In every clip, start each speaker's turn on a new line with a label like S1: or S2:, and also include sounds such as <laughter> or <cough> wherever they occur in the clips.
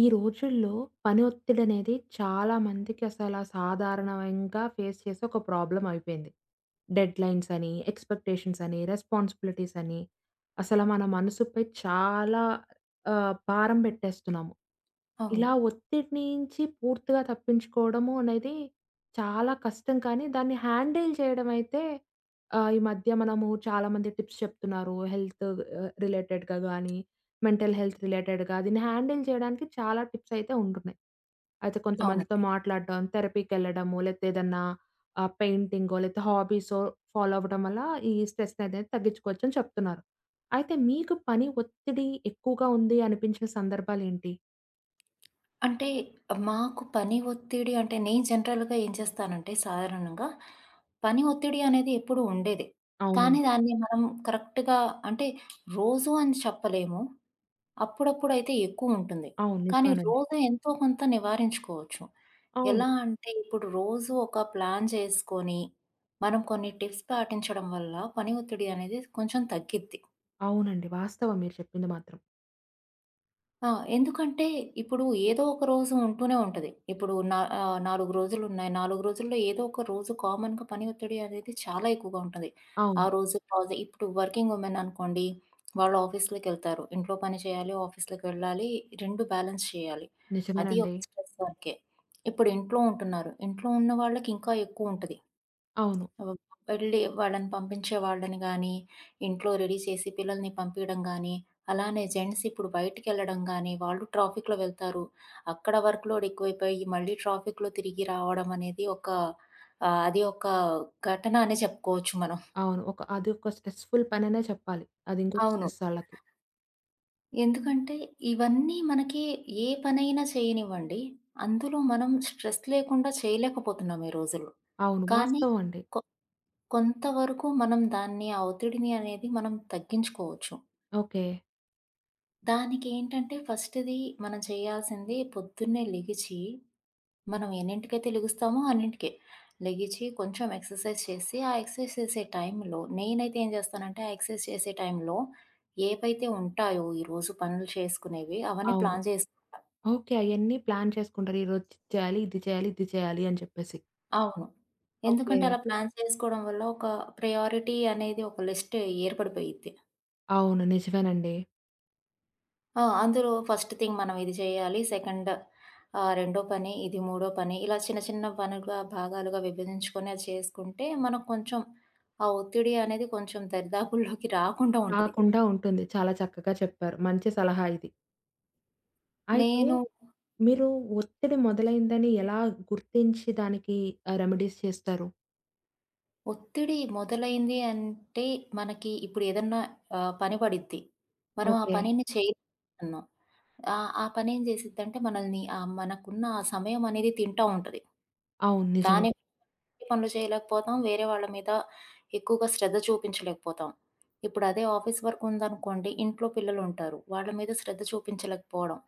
S1: ఈ రోజుల్లో పని ఒత్తిడనేది చాలా మందికి అసల సాధారణంగా ఫేస్ చేసే ఒక ప్రాబ్లమ్ అయిపోయింది. డెడ్‌లైన్స్ అని, ఎక్స్‌పెక్టేషన్స్ అని, రెస్పాన్సిబిలిటీస్ అని అసల మన మనసుపై చాలా భారం పెట్టేస్తున్నాము. ఇలా
S2: అవును.
S1: ఒత్తిడి నుంచి పూర్తిగా తప్పించుకోవడము అనేది చాలా కష్టం కానీ దాన్ని హ్యాండిల్ చేయడం అయితే ఈ మధ్య మనము చాలామంది టిప్స్ చెప్తున్నారు. హెల్త్ రిలేటెడ్‌గా గాని మెంటల్ హెల్త్ రిలేటెడ్‌గా దీన్ని హ్యాండిల్ చేయడానికి చాలా టిప్స్ అయితే ఉంటున్నాయి. అయితే కొంతమందితో
S2: అవునండి.
S1: మాట్లాడడం, థెరపీకెళ్ళడము, లేతే ఏదన్నా పెయింటింగో లేతే హాబీసో ఫాలో అవ్వడం వల్ల ఈ స్ట్రెస్ అనేది తగ్గించుకోవచ్చని చెప్తున్నారు. అయితే మీకు పని ఒత్తిడి ఎక్కువగా ఉంది అనిపించిన సందర్భాలేంటి?
S2: అంటే మాకు పని ఒత్తిడి అంటే నేను జనరల్‌గా ఏం చేస్తానంటే సాధారణంగా పని ఒత్తిడి అనేది ఎప్పుడూ ఉండేదే. కానీ
S1: అవునండి.
S2: దాన్ని మనం కరెక్ట్‌గా అంటే రోజు అని చెప్పలేము. అప్పుడప్పుడైతే ఎక్కువుంటుంది.
S1: అవును.
S2: కానీ
S1: నిజమేనండి.
S2: రోజు ఎంతో కొంత నివారించుకోవచ్చు.
S1: అవును.
S2: ఎలా అంటే ఇప్పుడు రోజు ఒక ప్లాన్ చేసుకొని మనం కొన్ని టిప్స్ పాటించడం వల్ల పని ఒత్తిడి అనేది కొంచెం తగ్గిద్ది.
S1: అవునండి. వాస్తవం మీరు చెప్పింది మాత్రం.
S2: ఎందుకంటే ఇప్పుడు ఏదో ఒక రోజు ఉంటూనే ఉంటది. ఇప్పుడు నా 4 రోజులున్నాయి. 4 రోజుల్లో ఏదో ఒక రోజు కామన్‌గా పని ఒత్తిడి అనేది చాలా ఎక్కువగా ఉంటది. ఆ
S1: అవును.
S2: రోజు ఇప్పుడు వర్కింగ్ ఉమెన్ అనుకోండి, వాళ్ళు ఆఫీస్‌లకెళ్తారు. ఇంట్లో పని చేయాలి, ఆఫీస్‌లకెళ్ళాలి, 2 బ్యాలెన్స్ చేయాలి. అది ఒక
S1: నిజమేనండి.
S2: స్ట్రెస్ వర్కే. ఇప్పుడు ఇంట్లో ఉంటున్నారు. ఇంట్లో ఉన్న వాళ్ళకి ఇంకా ఎక్కువ ఉంటది.
S1: అవును.
S2: వ్ వెళ్ళి వాళ్ళని పంపించే వాళ్ళని గానీ, ఇంట్లో రెడీ చేసి పిల్లల్ని పంపియడం గానీ, అలానే జెంట్స్ ఇప్పుడు బయటికెళ్ళడం గానీ, వాళ్ళు ట్రాఫిక్‌లో వెళ్తారు. అక్కడ వర్క్ లోడ్ ఎక్కువైపోయి మళ్ళీ ట్రాఫిక్‌లో తిరిగి రావడం అనేది ఒక అది ఒక ఘటన అనే చెప్పుకోవచ్చు మనం.
S1: అవును. ఒక అది ఒక స్ట్రెస్‌ఫుల్ పననే చెప్పాలి. అది ఇంకొక
S2: అవును.
S1: స్ట్రెస్ ఆళ్ళకి.
S2: ఎందుకంటే ఇవన్నీ మనకి, ఏ పనైనా చేయనివ్వండి, అందులో మనం స్ట్రెస్ లేకుండా చేయలేకపోతున్నాం ఈ రోజుల్లో.
S1: అవును.
S2: కానీ
S1: వాస్తవం అండి.
S2: కొ కొంతవరకు మనం దాన్ని, ఆ ఒత్తిడిని అనేది మనం తగ్గించుకోవచ్చు.
S1: ఓకే.
S2: దానికేంటంటే ఫస్ట్‌ది మనం చేయాల్సింది పొద్దున్నే లెగిచి, మనం ఎన్నింటికైతే లెగుస్తామో అన్నింటికే. లెగిచి కొంచెం ఎక్సర్‌సైజ్ చేసి, ఆ ఎక్సర్‌సైజ్ చేసే టైంలో నేనైతే ఏం చేస్తానంటే, ఆ ఎక్సర్‌సైజ్ చేసే టైంలో ఏవైతే ఉంటాయో ఈరోజు పనులు చేసుకునేవి అవన్నీ
S1: అవును.
S2: ప్లాన్ చేసుకుంటా.
S1: ఓకే. అయన్నీ ప్లాన్ చేసుకుంటారు. ఈరోజు ఇది చేయాలి, ఇది చేయాలి, ఇది చేయాలి అని చెప్పేసి.
S2: అవును.
S1: ఓకే.
S2: ఎందుకంటే అలా ప్లాన్ చేసుకోవడం వల్ల ఒక ప్రయారిటీ అనేది, ఒక లిస్ట్ ఏర్పడిపోయిద్ది.
S1: అవును. నిజమేనండి.
S2: అందులో ఫస్ట్ థింగ్ మనం ఇది చేయాలి. సెకండ్ రెండో పని, ఇది మూడో పని, ఇలా చిన్న చిన్న పనులుగా, భాగాలుగా విభజించుకొని అది చేసుకుంటే మనకు కొంచెం ఆ ఒత్తిడి అనేది కొంచెం దరిదాపుల్లోకి రాకుండా ఉంటది.
S1: రాకుండా ఉంటుంది. చాలా చక్కగా చెప్పారు. మంచి సలహా ఇది. అయితే
S2: నేను
S1: మీరు ఒత్తిడి మొదలైందని ఎలా గుర్తించి దానికి రెమెడీస్ చేస్తారు?
S2: ఒత్తిడి మొదలైంది అంటే మనకి ఇప్పుడు ఏదన్నా పని పడిద్ది. మనం ఆ
S1: ఓకే.
S2: పనిని చేయలేకపోతున్నాం. ఆ పనేం చేసిద్దంటే మనల్ని, మనకున్న ఆ సమయం అనేది తింటా ఉంటది.
S1: అవును. నిజమే.
S2: దాని పనులు చేయలేకపోతాం. వేరే వాళ్ళ మీద ఎక్కువగా శ్రద్ధ చూపించలేకపోతాం. ఇప్పుడు అదే ఆఫీస్ వర్క్ ఉందనుకోండి, ఇంట్లో పిల్లలుంటారు. వాళ్ళ మీద శ్రద్ధ చూపించలేకపోవడం.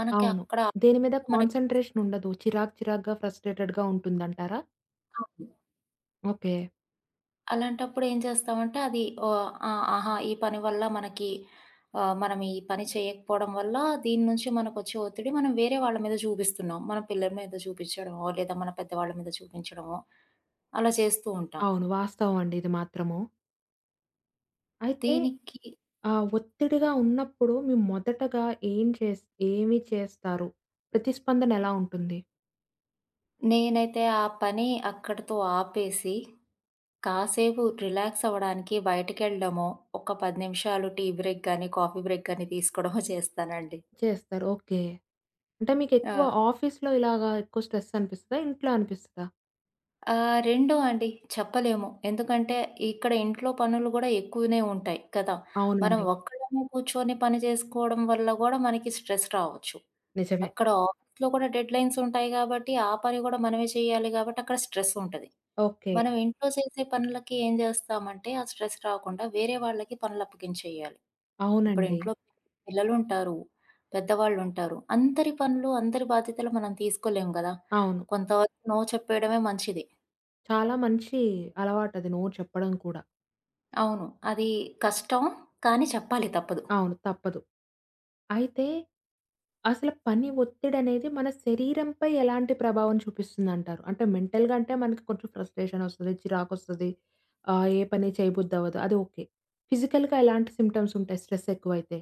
S2: మనకి
S1: అవును.
S2: అక్కడ
S1: దేని మీద
S2: మనకి
S1: కాన్సంట్రేషన్ ఉండదు. చిరాకు చిరాకుగా, ఫ్రస్ట్రేటెడ్‌గా ఉంటుందంటారా?
S2: అవును.
S1: ఓకే.
S2: అలాంటప్పుడు ఏం చేస్తామంటే అది ఓహ్! ఆ! ఆహా! ఈ పని వల్ల మనకి, మనం ఈ పని చేయకపోవడం వల్ల దీని నుంచి మనకొచ్చే ఒత్తిడి మనం వేరే వాళ్ళ మీద చూపిస్తున్నాం. మన పిల్లల మీద చూపించడమో, లేదా మన పెద్దవాళ్ళ మీద చూపించడమో, అలా చేస్తూ ఉంటాం.
S1: అవును. వాస్తవం అండి ఇది మాత్రము. అయితే
S2: దీనికి
S1: ఆ! ఒత్తిడిగా ఉన్నప్పుడు మీరు మొదటగా ఏం చేస్ ఏమి చేస్తారు? ప్రతిస్పందన ఎలా ఉంటుంది?
S2: నేనైతే ఆ పని అక్కడితో ఆపేసి, కాసేపు రిలాక్స్ అవ్వడానికి బయటికెళ్ళడమో, ఒక 10 నిమిషాలు టీ బ్రేక్ గాని, కాఫీ బ్రేక్ గాని తీసుకోవడమో <laughs> చేస్తానండి.
S1: చేస్తారు. ఓకే. అంటే మీకెక్కువ
S2: ఆ!
S1: ఆఫీస్‌లో ఇలాగా ఎక్కువ స్ట్రెస్ అనిపిస్తదా? ఇంట్లో అనిపిస్తదా?
S2: 2 అండి చెప్పలేము. ఎందుకంటే, ఇక్కడ ఇంట్లో పనులు గూడా ఎక్కువనే ఉంటాయి కదా! మనం
S1: అవునండి.
S2: ఒక్కళ్ళమే కూర్చొని పని చేసుకోవడం వల్ల గూడా మనకి స్ట్రెస్ రావచ్చు.
S1: నిజమే.
S2: అక్కడ ఆఫీస్‌లో కూడా డెడ్‌లైన్స్ ఉంటాయి గాబట్టి, ఆ పని గూడా మనమే చేయాలి గాబట్టి, అక్కడ స్ట్రెస్ ఉంటది.
S1: ఓకే.
S2: మనం ఇంట్లో చేసే పనులకి ఏం జేస్తామంటే, ఆ స్ట్రెస్ రాకుండా వేరే వాళ్ళకి పనులప్పగించేయాలి. ఇప్పుడు
S1: అవునండి.
S2: ఇంట్లో పిల్లలుంటారు, పెద్దవాళ్ళుంటారు. అందరి పనులు, అందరి బాధ్యతలు మనం తీసుకోలేం గదా!
S1: అవును.
S2: కొంతవరకు నో చెప్పేయడమే మంచిది.
S1: చాలా మంచి అలవాటది నో చెప్పడం కూడా.
S2: అవును. అది కష్టం, కానీ చెప్పాలి, తప్పదు.
S1: అవును. తప్పదు. అయితే, అసల పని ఒత్తిడనేది మన శరీరంపై ఎలాంటి ప్రభావం చూపిస్తుందంటారు? అంటే మెంటల్‌గా అంటే మనకి కొంచెం ఫ్రస్ట్రేషనొస్తది, చిరాకొస్తది, ఏ పని చేయబుద్దవ్వదు అది ఓకే. ఫిజికల్‌గా ఎలాంటి సిమ్టమ్స్ ఉంటాయి స్ట్రెస్ ఎక్కువైతే?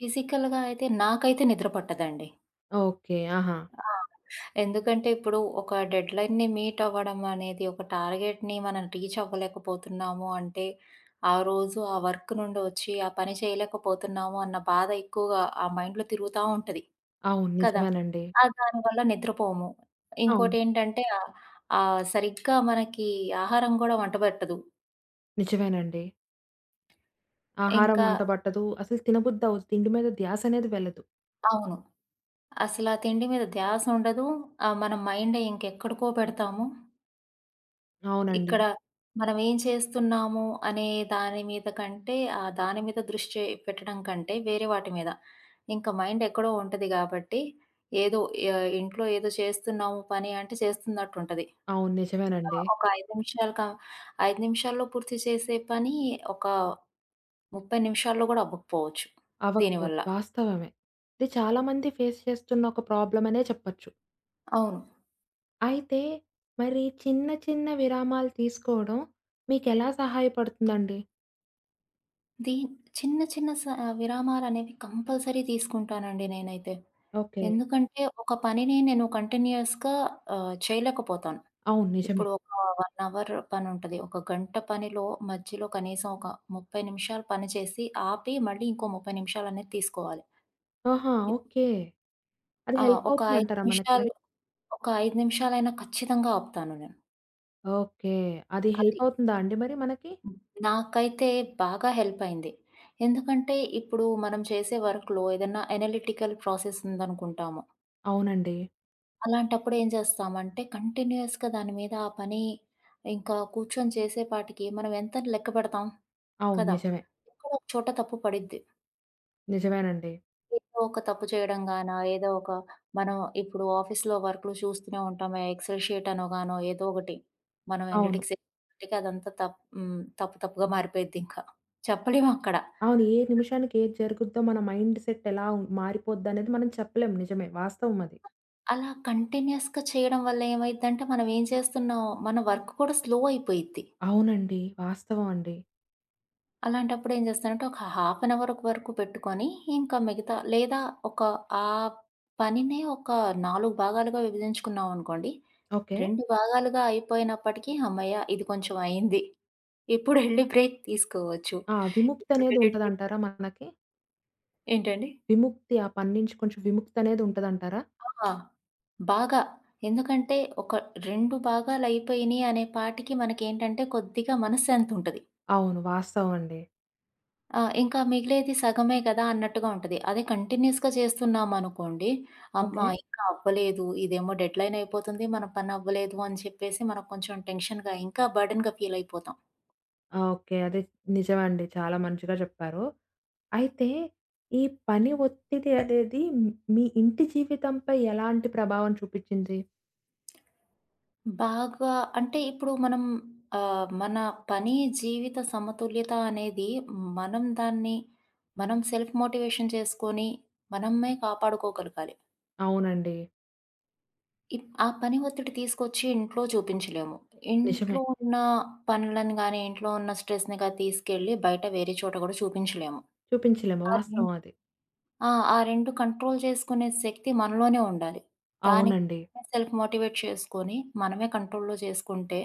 S2: ఫిజికల్‌గా అయితే నాకైతే నిద్ర పట్టదండి.
S1: ఓకే. ఆహా!
S2: ఆ! ఎందుకంటే ఇప్పుడు ఒక డెడ్‌లైన్‌ని మీట్ అవ్వడం అనేది, ఒక టార్గెట్‌ని మనం రీచ్ అవ్వలేకపోతున్నాము అంటే, ఆ రోజు ఆ వర్క్ నుండి వచ్చి ఆ పని చేయలేకపోతున్నాము అన్న బాధ ఎక్కువగా ఆ మైండ్‌లో తిరుగుతా ఉంటది.
S1: అవును.
S2: కదా!
S1: నిజమేనండి.
S2: ఆ దానివల్ల నిద్రపోము.
S1: అవును.
S2: ఇంకోటేంటంటే ఆహ్, ఆహ్, సరిగ్గా మనకి ఆహారం గూడా వంట బట్టదు.
S1: నిజమేనండి. ఆహారం
S2: ఇంకా
S1: వంట పట్టదు. అసలు తినబుద్దవ్వదు. తిండి మీద ధ్యాసనేది వెళ్ళదు.
S2: అవును. అసలా తిండి మీద ధ్యాస ఉండదు. మన మైండ్ ఇంకెక్కడికో పెడతాము.
S1: అవునండి.
S2: ఇక్కడ మనం ఏం చేస్తున్నాము అనే దాని మీద కంటే, ఆ దాని మీద దృష్టి పెట్టడం కంటే వేరే వాటి మీద. ఇంకా మైండ్ ఎక్కడో ఉంటది కాబట్టి, ఏదో ఇంట్లో ఏదో చేస్తున్నాము పని అంటే చేస్తున్నట్టుంటది.
S1: అవును. నిజమేనండి.
S2: ఒక 5 నిమిషాలు 5 నిమిషాల్లో పూర్తి చేసే పని, ఒక 30 నిమిషాల్లో గూడా అవ్వకపోవచ్చు దీనివల్ల.
S1: అవ్వకపోతే వాస్తవమే. ఇది చాలా మంది ఫేస్ చేస్తున్న ఒక ప్రాబ్లమనే చెప్పొచ్చు.
S2: అవును.
S1: అయితే మరి చిన్న, చిన్న విరామాలు తీసుకోవడం మీకెలా సహాయపడుతుందండి?
S2: దీ చిన్న చిన్న విరామాలనేవి కంపల్సరీ తీసుకుంటానండి నేనైతే.
S1: ఓకే.
S2: ఎందుకంటే ఒక పనిని నేను కంటిన్యూయస్‌గా చేయలేకపోతాను.
S1: అవును. నిజమే.
S2: ఇప్పుడు ఒక 1 అవర్ పనుంటది. ఒక గంట పనిలో మధ్యలో కనీసం ఒక 30 నిమిషాలు పని చేసి ఆపి మళ్ళీ ఇంకో 30 నిమిషాలనేది తీసుకోవాలి.
S1: ఆహా!
S2: ఇప్
S1: ఓకే. అది
S2: ఆ!
S1: హెల్ప్
S2: ఒక 5
S1: అవుతుందంటారా మనకి
S2: నిమిషాలు
S1: మరి?
S2: ఒక 5 నిమిషాలైనా ఖచ్చితంగా ఆపుతాను నేను.
S1: ఓకే. అది
S2: అది.
S1: హెల్ప్ అవుతుందా అండి మరి మనకి?
S2: నాకైతే బాగా హెల్ప్ అయింది. ఎందుకంటే ఇప్పుడు మనం చేసే వర్క్‌లో ఏదన్నా అనలిటికల్ ప్రాసెస్ ఉందనుకుంటాము.
S1: అవునండి.
S2: అలాంటప్పుడు ఏం చేస్తామంటే కంటిన్యూయస్‌గా దాని మీద ఆ పని ఇంకా కూర్చొని చేసేపాటికి మనం ఎంత లెక్క పెడతాం
S1: అవును.
S2: కదా!
S1: నిజమే.
S2: ఎక్కడో ఒక చోట తప్పు పడిద్ది.
S1: నిజమేనండి.
S2: ఏదో ఒక తప్పు చేయడం గాన, ఏదో ఒక, మనం ఇప్పుడు ఆఫీస్‌లో వర్క్‌లు చూస్తూనే ఉంటాము. ఎక్సెల్ షీట్ అనో గానో ఏదో ఒకటి మనం
S1: అవును.
S2: అనలిటిక్స్ అదంతా తప్ హ్మ్. తప్పు తప్పుగా మారిపోయిద్ది ఇంకా. చెప్పలేం అక్కడ.
S1: అవును. ఏ నిమిషానికి ఏది జరుగుద్దో మన మైండ్ సెట్ ఎలా మారిపోద్దనేది మనం చెప్పలేం. నిజమే. వాస్తవం అది.
S2: అలా కంటిన్యూయస్‌గా చేయడం వల్ల ఏమైద్దంటే, మనం ఏం చేస్తున్నాం, మన వర్క్ కూడా స్లో అయిపోయిద్ది.
S1: అవునండి. వాస్తవం అండి.
S2: అలాంటప్పుడు ఏం చేస్తానంటే, ఒక హాఫ్ అన్ అవర్ వరకు పెట్టుకొని, ఇంకా మిగతా లేదా ఒక ఆ పనినే ఒక 4 భాగాలుగా విభజించుకున్నామనుకోండి,
S1: ఓకే.
S2: 2 భాగాలుగా అయిపోయినప్పటికీ, హమ్మయ్య! ఇది కొంచెం అయింది. ఇప్పుడెళ్ళి బ్రేక్ తీసుకోవచ్చు.
S1: ఆ! విముక్తనేది
S2: ఇప్పుడెళ్ళి టీ
S1: ఉంటదంటారా మనకి?
S2: ఏంటండి?
S1: విముక్తి ఆ పని నుంచి కొంచెం విముక్తనేది ఉంటదంటారా?
S2: ఆ! బాగా. ఎందుకంటే, ఒక 2 భాగాలు అయిపోయినియి అనే పాటికి మనకేంటంటే, కొద్దిగా మనశ్శాంతుంటది.
S1: అవును. వాస్తవం అండి.
S2: ఇంకా మిగిలేది సగమే కదా! అన్నట్టుగా ఉంటది. అదే కంటిన్యూయస్‌గా చేస్తున్నామనుకోండి, అమ్మా!
S1: ఓకే.
S2: ఇంకా అవ్వలేదు, ఇదేమో డెడ్‌లైన్ అయిపోతుంది, మన పని అవ్వలేదు అని చెప్పేసి మనకు కొంచెం టెన్షన్‌గా, ఇంకా బర్డెన్‌గా ఫీల్ అయిపోతాం.
S1: ఆ! ఓకే. అదే నిజమండి. చాలా మంచిగా చెప్పారు. అయితే ఈ పని ఒత్తిడి అనేది మీ ఇంటి జీవితంపై ఎలాంటి ప్రభావం చూపిచ్చింది?
S2: బాగా. అంటే ఇప్పుడు మనం మన పని జీవిత సమతుల్యత అనేది, మనం దాన్ని, మనం సెల్ఫ్ మోటివేషన్ చేసుకొని మనమే కాపాడుకోగలగాలి.
S1: అవునండి.
S2: ఆ పని ఒత్తిడి తీసుకొచ్చి ఇంట్లో చూపించలేము.
S1: నిజమే.
S2: ఇంట్లో ఉన్న పనులను గాని, ఇంట్లో ఉన్న స్ట్రెస్‌ని గాని తీసుకెళ్ళి బయట వేరే చోట గూడా చూపించలేము.
S1: చూపించలేము.
S2: ఆ రెం
S1: వాస్తవం అది.
S2: ఆ! ఆ 2 కంట్రోల్ చేసుకునే శక్తి మనలోనే ఉండాలి. దానికి
S1: అవునండి.
S2: మనమే సెల్ఫ్ మోటివేట్ చేసుకొని, మనమే కంట్రోల్‌లో చేసుకుంటే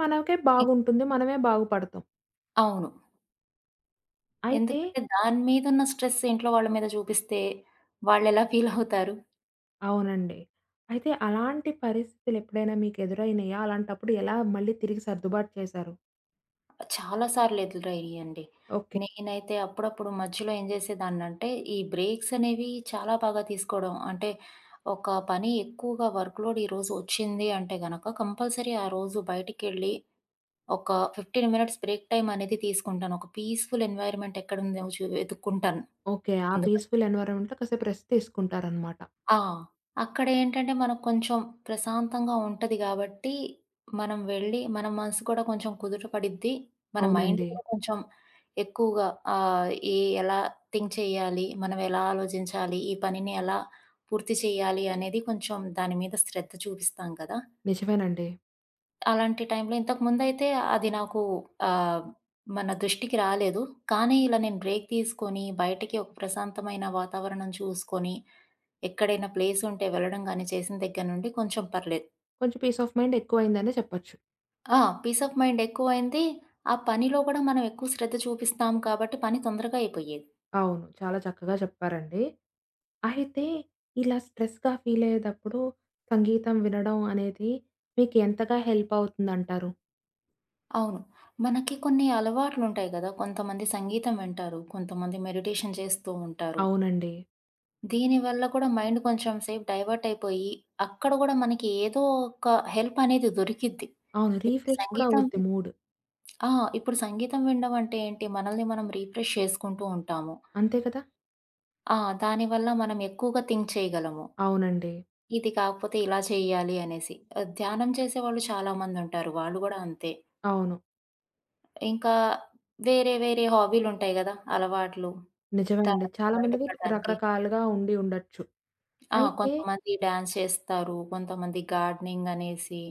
S1: మనకే
S2: ఇ
S1: బాగుంటుంది. మనమే బాగుపడతాం.
S2: అవును.
S1: అయితే
S2: ఎందుకంటే దాని మీద ఉన్న స్ట్రెస్ ఇంట్లో వాళ్ళ మీద చూపిస్తే వాళ్ళెలా ఫీలవుతారు?
S1: అవునండి. అయితే అలాంటి పరిస్థితులు ఎప్పుడైనా మీకు ఎదురైనయా? అలాంటప్పుడు ఎలా మళ్ళీ తిరిగి సర్దుబాటు చేశారు?
S2: చాలా సార్లు ఎదురయ్యాయండి.
S1: ఓకే.
S2: నేనైతే అప్పుడప్పుడు మధ్యలో ఏం చేసేదాన్నంటే, ఈ బ్రేక్స్ అనేవి చాలా బాగా తీసుకోవడం. అంటే, ఒక పని ఎక్కువగా వర్క్‌లోడ్ ఈరోజు వచ్చింది అంటే గనక, కంపల్సరీ ఆ రోజు బయటికెళ్ళి ఒక 15 మినిట్స్ బ్రేక్ టైమ్ అనేది తీసుకుంటాను. ఒక పీస్‌ఫుల్ ఎన్వైర్న్‌మెంట్ ఎక్కడుందో వెతుక్కుంటాను
S1: ఓకే. ఆ
S2: ముందుగా.
S1: పీస్‌ఫుల్ ఎన్విరాన్మెంట్‌లో కాసేపు రెస్ట్ తీసుకుంటారనమాట.
S2: ఆ! అక్కడేంటంటే మనకు కొంచెం ప్రశాంతంగా ఉంటది గాబట్టి, మనం వెళ్ళి మన మనసు కూడా కొంచెం కుదుట పడిద్ది. మన మైండ్
S1: అవునండి.
S2: కూడా కొంచెం ఎక్కువగా ఆహ్, ఈ ఎలా థింక్ చేయాలి, మనం ఎలా ఆలోచించాలి, ఈ పనిని ఎలా పూర్తి చేయాలి అనేది కొంచెం దాని మీద శ్రద్ధ చూపిస్తాం కదా!
S1: నిజమేనండి.
S2: అలాంటి టైంలో ఇంతకుముందయితే అది నాకు, ఆహ్, మన దృష్టికి రాలేదు. కానీ ఇలా నేను బ్రేక్ తీసుకొని, బయటకి ఒక ప్రశాంతమైన వాతావరణం చూసుకొని ఎక్కడైనా ప్లేస్ ఉంటే వెళ్ళడం గానీ చేసిన దగ్గర నుండి కొంచెం పర్లేదు.
S1: కొంచెం పీస్ ఆఫ్ మైండ్ ఎక్కువయిందనే చెప్పొచ్చు.
S2: పీస్ ఆఫ్ మైండ్ ఎక్కువైంది. ఆ పనిలో గూడా మనం ఎక్కువ శ్రద్ధ చూపిస్తాం కాబట్టి పని తొందరగా అయిపోయేది.
S1: అవును. చాలా చక్కగా చెప్పారండి. అయితే ఇలా స్ట్రెస్‌గా ఫీల్ అయ్యేటప్పుడు సంగీతం వినడం అనేది మీకు ఎంతగా హెల్ప్ అవుతుందంటారు?
S2: అవును. మనకి కొన్ని అలవాట్లుంటాయి గదా! కొంతమంది సంగీతం వింటారు. కొంతమంది మెడిటేషన్ చేస్తూ ఉంటారు.
S1: అవునండి.
S2: దీనివల్ల కూడా మైండ్ కొంచెం సేపు డైవర్ట్ అయిపోయి, అక్కడ గూడా మనకి ఏదో ఒక హెల్ప్ అనేది దొరికిద్ది.
S1: అవును.
S2: ఇప్పుడు
S1: రిఫ్రెష్ కూడా
S2: సంగీతం
S1: అవుద్ది
S2: వి
S1: మూడ్.
S2: ఆ! ఇప్పుడు సంగీతం వినడం అంటే ఏంటి? మనల్ని మనం రిఫ్రెష్ చేసుకుంటూ ఉంటాము.
S1: అంతే కదా!
S2: ఆ! దానివల్ల మనం ఎక్కువగా థింక్ చేయగలము.
S1: అవునండి.
S2: ఇది కాకపోతే ఇలా చేయాలి అనేసి. ధ్యానం చేసేవాళ్ళు చాలామందుంటారు. వాళ్ళు గూడా అంతే.
S1: అవును.
S2: ఇంకా వేరే వేరే హాబీలుంటాయి గదా! అలవాట్లు. దాని
S1: నిజమేనండి.
S2: నుంచి
S1: చాలా మందికి
S2: బయటపడడానికి.
S1: రకరకాలుగా ఉండి ఉండొచ్చు. అయితే
S2: కొంతమంది డాన్స్ చేస్తారు. కొంతమంది గార్డెనింగ్ అనేసి.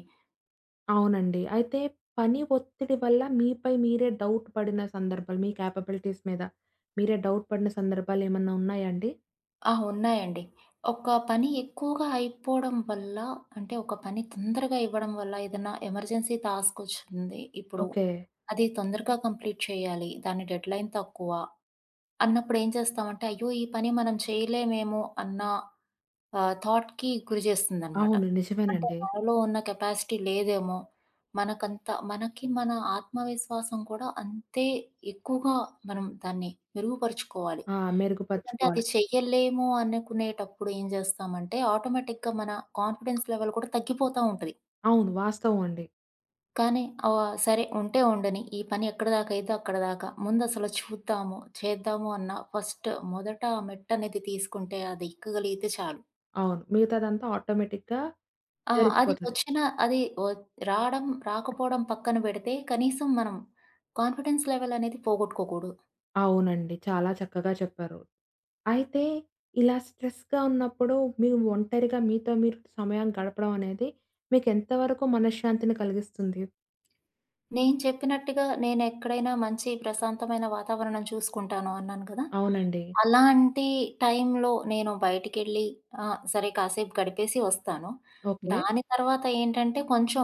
S1: అవునండి. అయితే పని ఒత్తిడి వల్ల మీపై మీరే డౌట్ పడిన సందర్భాలు, మీ కేపబిలిటీస్ మీద మీరే డౌట్ పడిన సందర్భాలేమన్నా ఉన్నాయా అండి?
S2: ఉన్నాయండి. ఒక పని ఎక్కువగా అయిపోవడం వల్ల, అంటే ఒక పని తొందరగా ఇవ్వడం వల్ల ఏదైనా ఎమర్జెన్సీ టాస్కొచ్చింది ఇప్పుడు.
S1: ఓకే.
S2: అది తొందరగా కంప్లీట్ చేయాలి. దాని డెడ్‌లైన్ తక్కువ. అన్నప్పుడేం చేస్తామంటే, అయ్యో! ఈ పని మనం చేయలేమేమో అన్న థాట్‌కి గురి చేస్తుందనమాట.
S1: అవును.
S2: అంటే
S1: నిజమేనండి.
S2: మనలో ఉన్న కెపాసిటీ లేదేమో, మనకంత మనకి మన ఆత్మవిశ్వాసం కూడా అంతే ఎక్కువగా మనం దాన్ని మెరుగుపరుచుకోవాలి.
S1: ఆ!
S2: ఎందుకంటే అది
S1: మెరుగుపరుచుకోవాలి.
S2: చెయ్యలేము అనుకునేటప్పుడు ఏం చేస్తామంటే, ఆటోమేటిక్‌గా మన కాన్ఫిడెన్స్ లెవెల్ కూడా తగ్గిపోతా ఉంటది.
S1: అవును. వాస్తవం అండి.
S2: కానీ సరే ఉంటే ఉండని. ఈ పని ఎక్కడిదాకైతే అక్కడిదాకా. ముందసలు చూద్దాము, చేద్దాము అన్న ఫస్ట్ మొదట మెట్టనేది తీసుకుంటే అది ఎక్కగలిగితే చాలు.
S1: అవును. మిగతాదంతా ఆటోమేటిక్‌గా
S2: ఆ! అది
S1: జరిగిపోతది.
S2: వచ్చిన అది వ రావడం, రాకపోవడం పక్కన పెడితే కనీసం మనం కాన్ఫిడెన్స్ లెవెల్ అనేది పోగొట్టుకోకూడదు.
S1: అవునండి. చాలా చక్కగా చెప్పారు. అయితే ఇలా స్ట్రెస్‌గా ఉన్నప్పుడు మీరు ఒంటరిగా మీతో మీరు సమయం గడపడం అనేది మీకెంత వరకు మనశ్శాంతిని కలిగిస్తుంది?
S2: నేను చెప్పినట్టుగా నేనెక్కడైనా మంచి ప్రశాంతమైన వాతావరణం చూసుకుంటాను అన్నాను కదా!
S1: అవునండి.
S2: అలాంటి టైంలో నేను బయటికెళ్ళి, సరే కాసేపు గడిపేసి వస్తాను.
S1: ఓకే.
S2: దాని తర్వాత ఏంటంటే కొంచెం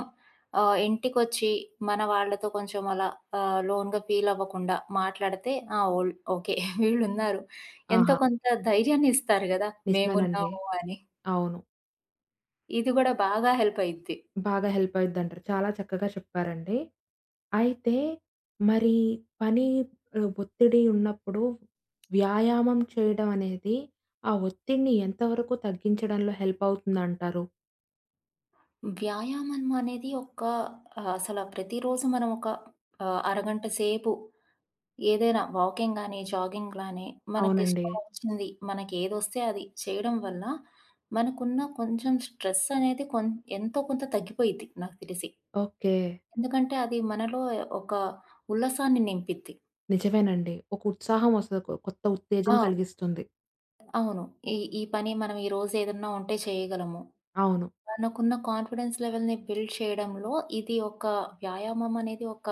S2: ఇంటికొచ్చి మన వాళ్ళతో కొంచెం అలా లోన్‌గా ఫీల్ అవ్వకుండా మాట్లాడితే, ఆ! All okay. <laughs> వీళ్ళున్నారు. ఎంతో
S1: ఆహా!
S2: కొంత ధైర్యాన్ని ఇస్తారు గదా!
S1: నిజమేనండి.
S2: మేమున్నాము అని.
S1: అవును.
S2: ఇది గూడా బాగా హెల్ప్ అయిద్ది.
S1: బాగా హెల్ప్ అయిద్దంటారు. చాలా చక్కగా చెప్పారండి. అయితే మరి పని ఒత్తిడి ఉన్నప్పుడు వ్యాయామం చేయడం అనేది ఆ ఒత్తిడిని ఎంతవరకు తగ్గించడంలో హెల్ప్ అవుతుందంటారు?
S2: వ్యాయామం అనేది ఒక అసల ప్రతిరోజు మనం ఒక అరగంట సేపు ఏదైనా వాకింగ్ గాని, జాగింగ్ గాని
S1: అవునండి.
S2: మనకిష్టం వచ్చింది. మనకేదొస్తే అది చేయడం వల్ల మనకున్న కొంచెం స్ట్రెస్ అనేది ఎంతో కొంత తగ్గిపోయిద్ది నాకు తెలిసి.
S1: ఓకే.
S2: ఎందుకంటే అది మనలో ఒక ఉల్లాసాన్ని నింపిద్ది.
S1: నిజమేనండి. ఒక ఉత్సాహం వస్తది. కొత్త ఉత్తేజం
S2: ఆ!
S1: కలిగిస్తుంది.
S2: అవును. ఈ ఈ పని మనం ఈరోజు ఏదన్నా ఉంటే చేయగలము.
S1: అవును.
S2: మనకున్న కాన్ఫిడెన్స్ లెవెల్‌ని బిల్డ్ చేయడంలో ఇది ఒక, వ్యాయామం అనేది ఒక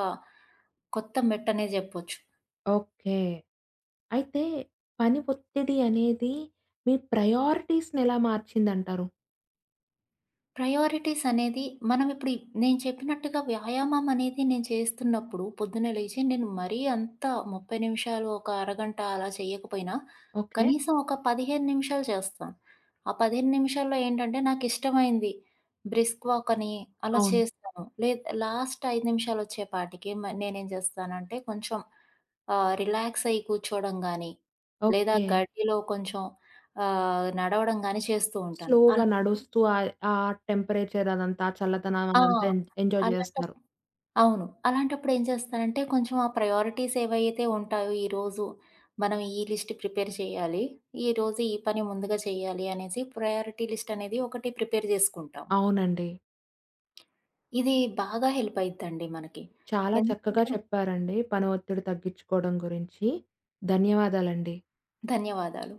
S2: కొత్త మెట్టనే జెప్పొచ్చు.
S1: ఓకే. అయితే పని ఒత్తిడి అనేది మీ ప్రయారిటీస్‌ని ఎలా మార్చిందంటారు?
S2: ప్రయారిటీస్ అనేది, మనం ఇప్పుడు ఈ, నేను చెప్పినట్టుగా వ్యాయామం అనేది నేను చేస్తున్నప్పుడు పొద్దున లేచి నేను మరీ అంత 30 నిమిషాలు, ఒక అరగంట అలా చేయకపోయినా
S1: ఓకే.
S2: కనీసం ఒక 15 నిమిషాలు చేస్తాను. ఆ 15 నిమిషాల్లో ఏంటంటే నాకిష్టమైంది బ్రిస్క్ వాక్ అని అలా
S1: అవును.
S2: చేస్తాను. లాస్ట్ 5 నిమిషాలు వచ్చేపాటికి నేనేం చేస్తానంటే కొంచెం రిలాక్స్ అయ్యి కూర్చోవడం గానీ, లేదా
S1: ఓకే.
S2: గడ్డిలో కొంచెం నడవడం గానీ చేస్తూ ఉంటాను.
S1: స్లోగా
S2: అలా
S1: నడుస్తూ ఆ టెంపరేచర్ అదంతా, ఆ చల్లదనం
S2: ఆ!
S1: అదంతా ఎంజాయ్
S2: అలాంటప్
S1: చేస్తున్నారు.
S2: అవును. అలాంటప్పుడేం చేస్తానంటే, కొంచెం ఆ ప్రయారిటీస్ ఏవైతే ఉంటాయో ఈరోజు మనం ఈ లిస్ట్ ప్రిపేర్ చేయాలి. ఈరోజు ఈ పని ముందుగా చేయాలి అనేసి ప్రయారిటీ లిస్ట్ అనేది ఒకటి ప్రిపేర్ జేసుకుంటాము.
S1: అవునండి.
S2: ఇది బాగా హెల్ప్ అయిద్దండి మనకి.
S1: చాలా చక్కగా
S2: ఎందుకంటే
S1: చెప్పారండి పని ఒత్తిడి తగ్గించుకోవడం గురించి. ధన్యవాదాలండి.
S2: ధన్యవాదాలు.